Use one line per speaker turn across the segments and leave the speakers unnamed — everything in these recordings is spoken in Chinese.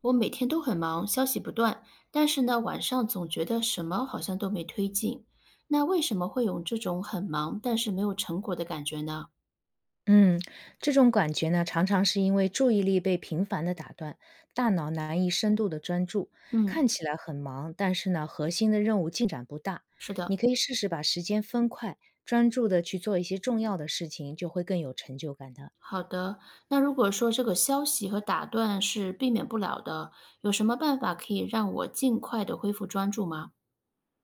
我每天都很忙，消息不断，但是呢，晚上总觉得什么好像都没推进。那为什么会有这种很忙但是没有成果的感觉呢？
嗯，这种感觉呢，常常是因为注意力被频繁的打断，大脑难以深度的专注，
嗯，
看起来很忙，但是呢，核心的任务进展不大。
是
你
的，
可以试试把时间分块，专注的去做一些重要的事情，就会更有成就感的。
好的。那如果说这个消息和打断是避免不了的，有什么办法可以让我尽快的恢复专注吗？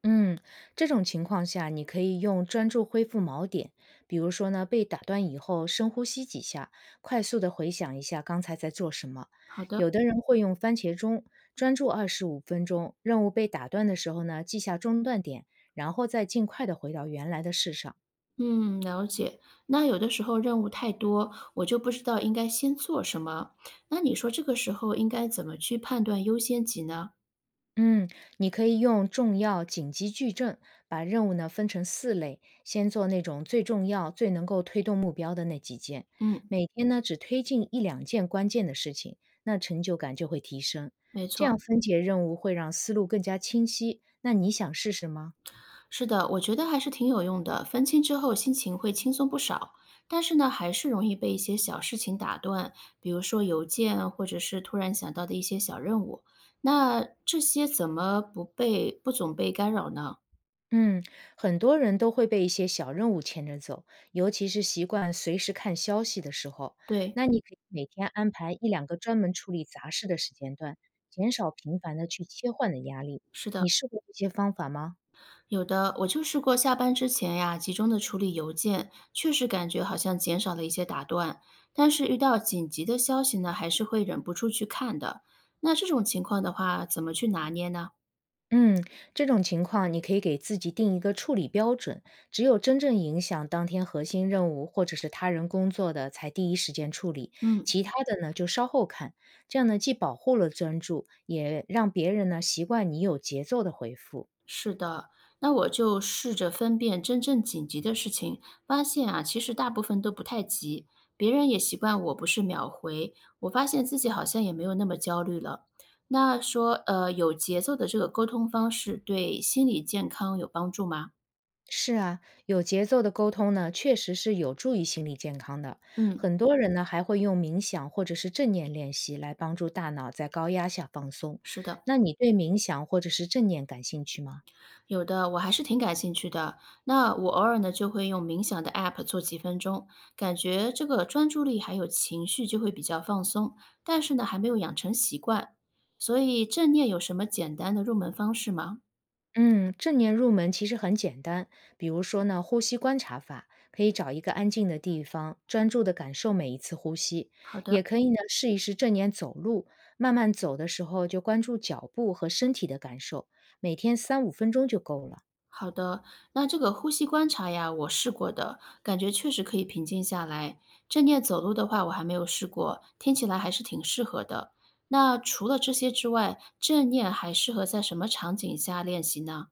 嗯，这种情况下，你可以用专注恢复锚点，比如说呢，被打断以后深呼吸几下，快速的回想一下刚才在做什么。
好的，
有的人会用番茄钟，专注25分钟，任务被打断的时候呢，记下中断点，然后再尽快的回到原来的事上。
嗯，了解。那有的时候任务太多，我就不知道应该先做什么。那你说这个时候应该怎么去判断优先级呢？
嗯，你可以用重要紧急矩阵把任务呢分成四类，先做那种最重要、最能够推动目标的那几件，
嗯，
每天呢只推进一两件关键的事情，那成就感就会提升。
没
这
错。
样分解任务会让思路更加清晰。那你想试试吗？
是的，我觉得还是挺有用的。分清之后，心情会轻松不少，但是呢，还是容易被一些小事情打断，比如说邮件，或者是突然想到的一些小任务。那这些怎么不被不总被干扰呢？
嗯，很多人都会被一些小任务牵着走，尤其是习惯随时看消息的时候。
对，
那你可以每天安排一两个专门处理杂事的时间段，减少频繁的去切换的压力。
是
你
的，
试过这些方法吗？
有的。我就试过下班之前呀，集中的处理邮件，确实感觉好像减少了一些打断。但是遇到紧急的消息呢，还是会忍不住去看的。那这种情况的话，怎么去拿捏呢？
嗯，这种情况你可以给自己定一个处理标准，只有真正影响当天核心任务或者是他人工作的，才第一时间处理，
嗯。
其他的呢就稍后看。这样呢，既保护了专注，也让别人呢习惯你有节奏的回复。
是的，那我就试着分辨真正紧急的事情，发现啊，其实大部分都不太急。别人也习惯我不是秒回，我发现自己好像也没有那么焦虑了。那说，有节奏的这个沟通方式对心理健康有帮助吗？
是啊，有节奏的沟通呢，确实是有助于心理健康的。
嗯，
很多人呢还会用冥想或者是正念练习来帮助大脑在高压下放松。
是的。
那你对冥想或者是正念感兴趣吗？
有的，我还是挺感兴趣的。那我偶尔呢，就会用冥想的 app 做几分钟，感觉这个专注力还有情绪就会比较放松。但是呢，还没有养成习惯，所以正念有什么简单的入门方式吗？
嗯，正念入门其实很简单，比如说呢，呼吸观察法，可以找一个安静的地方，专注地感受每一次呼吸，
好的，
也可以呢试一试正念走路，慢慢走的时候就关注脚步和身体的感受，每天三五分钟就够了。
好的。那这个呼吸观察呀，我试过的，感觉确实可以平静下来。正念走路的话，我还没有试过，听起来还是挺适合的。那除了这些之外，正念还适合在什么场景下练习呢？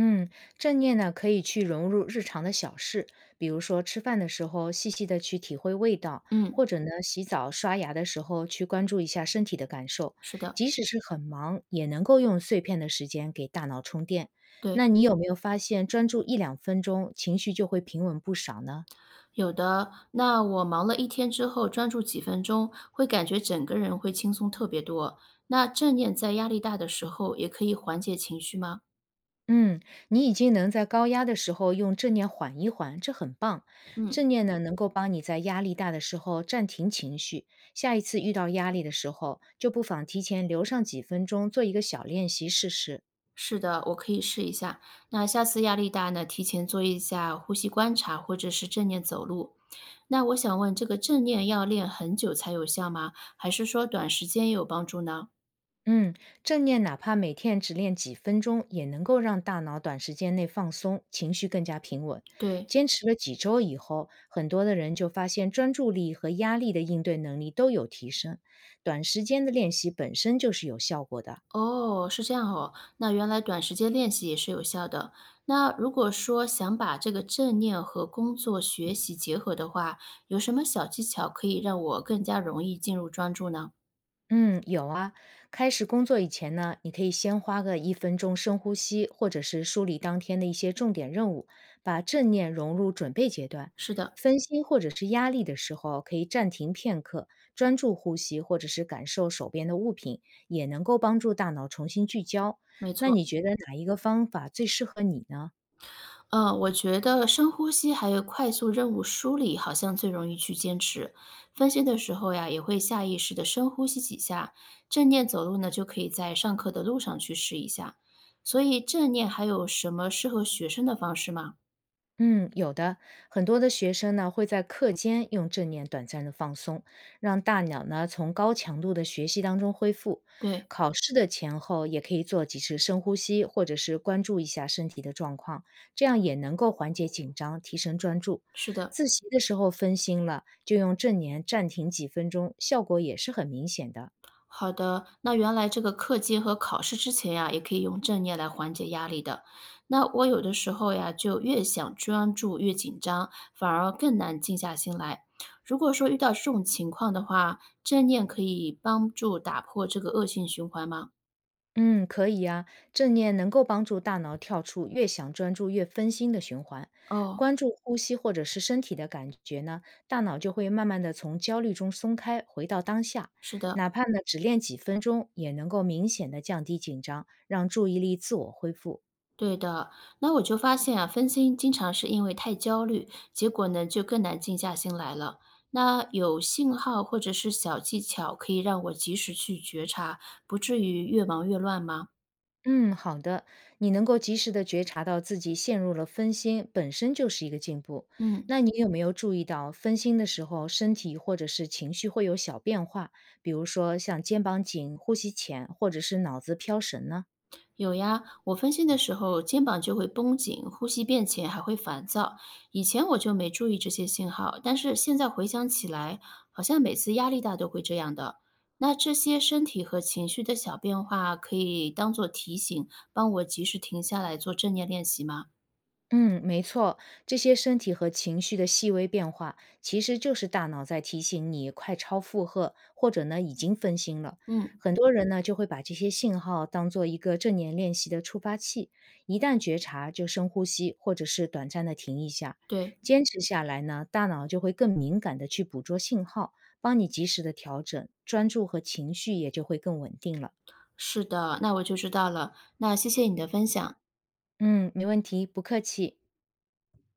嗯，正念呢，可以去融入日常的小事，比如说吃饭的时候细细的去体会味道，
嗯。
或者呢，洗澡刷牙的时候去关注一下身体的感受。
是的，
即使是很忙，也能够用碎片的时间给大脑充电。
对，
那你有没有发现，专注一两分钟，情绪就会平稳不少呢？
有的。那我忙了一天之后，专注几分钟，会感觉整个人会轻松特别多。那正念在压力大的时候也可以缓解情绪吗？
嗯，你已经能在高压的时候用正念缓一缓，这很棒。
嗯，
正念呢，能够帮你在压力大的时候暂停情绪，下一次遇到压力的时候，就不妨提前留上几分钟做一个小练习试试。
是的，我可以试一下。那下次压力大呢，提前做一下呼吸观察，或者是正念走路。那我想问，这个正念要练很久才有效吗？还是说短时间也有帮助呢？
嗯，正念哪怕每天只练几分钟，也能够让大脑短时间内放松，情绪更加平稳。
对。
坚持了几周以后，很多的人就发现专注力和压力的应对能力都有提升。短时间的练习本身就是有效果的。
哦，是这样哦。那原来短时间练习也是有效的。那如果说想把这个正念和工作学习结合的话，有什么小技巧可以让我更加容易进入专注呢？
嗯，有啊。开始工作以前呢，你可以先花个一分钟深呼吸，或者是梳理当天的一些重点任务，把正念融入准备阶段。
是的，
分心或者是压力的时候，可以暂停片刻，专注呼吸，或者是感受手边的物品，也能够帮助大脑重新聚焦。
没
那
错。
你觉得哪一个方法最适合你呢？
嗯，我觉得深呼吸还有快速任务梳理好像最容易去坚持。分心的时候呀，也会下意识的深呼吸几下。正念走路呢，就可以在上课的路上去试一下。所以正念还有什么适合学生的方式吗？
嗯，有的，很多的学生呢会在课间用正念短暂的放松，让大脑呢从高强度的学习当中恢复。
对。
考试的前后也可以做几次深呼吸，或者是关注一下身体的状况，这样也能够缓解紧张，提升专注。
是的，
自习的时候分心了，就用正念暂停几分钟，效果也是很明显的。
好的。那原来这个课间和考试之前呀，也可以用正念来缓解压力的。那我有的时候呀，就越想专注越紧张，反而更难静下心来。如果说遇到这种情况的话，正念可以帮助打破这个恶性循环吗？
嗯，可以呀、正念能够帮助大脑跳出越想专注越分心的循环，
哦，
关注呼吸或者是身体的感觉呢，大脑就会慢慢的从焦虑中松开，回到当下。
是的。
哪怕呢只练几分钟，也能够明显的降低紧张，让注意力自我恢复。
对的，那我就发现啊，分心经常是因为太焦虑，结果呢就更难静下心来了。那有信号或者是小技巧可以让我及时去觉察，不至于越忙越乱吗？
嗯，好的。你能够及时的觉察到自己陷入了分心，本身就是一个进步。
嗯。
那你有没有注意到，分心的时候，身体或者是情绪会有小变化，比如说像肩膀紧、呼吸浅，或者是脑子飘神呢？
有呀，我分心的时候肩膀就会绷紧，呼吸变浅，还会烦躁。以前我就没注意这些信号，但是现在回想起来，好像每次压力大都会这样的。那这些身体和情绪的小变化，可以当做提醒，帮我及时停下来做正念练习吗？
嗯，没错，这些身体和情绪的细微变化，其实就是大脑在提醒你快超负荷，或者呢已经分心了。
嗯，
很多人呢就会把这些信号当做一个正念练习的触发器，一旦觉察就深呼吸，或者是短暂的停一下。
对，
坚持下来呢，大脑就会更敏感的去捕捉信号，帮你及时的调整，专注和情绪也就会更稳定了。
是的，那我就知道了。那谢谢你的分享。
嗯，没问题，不客气。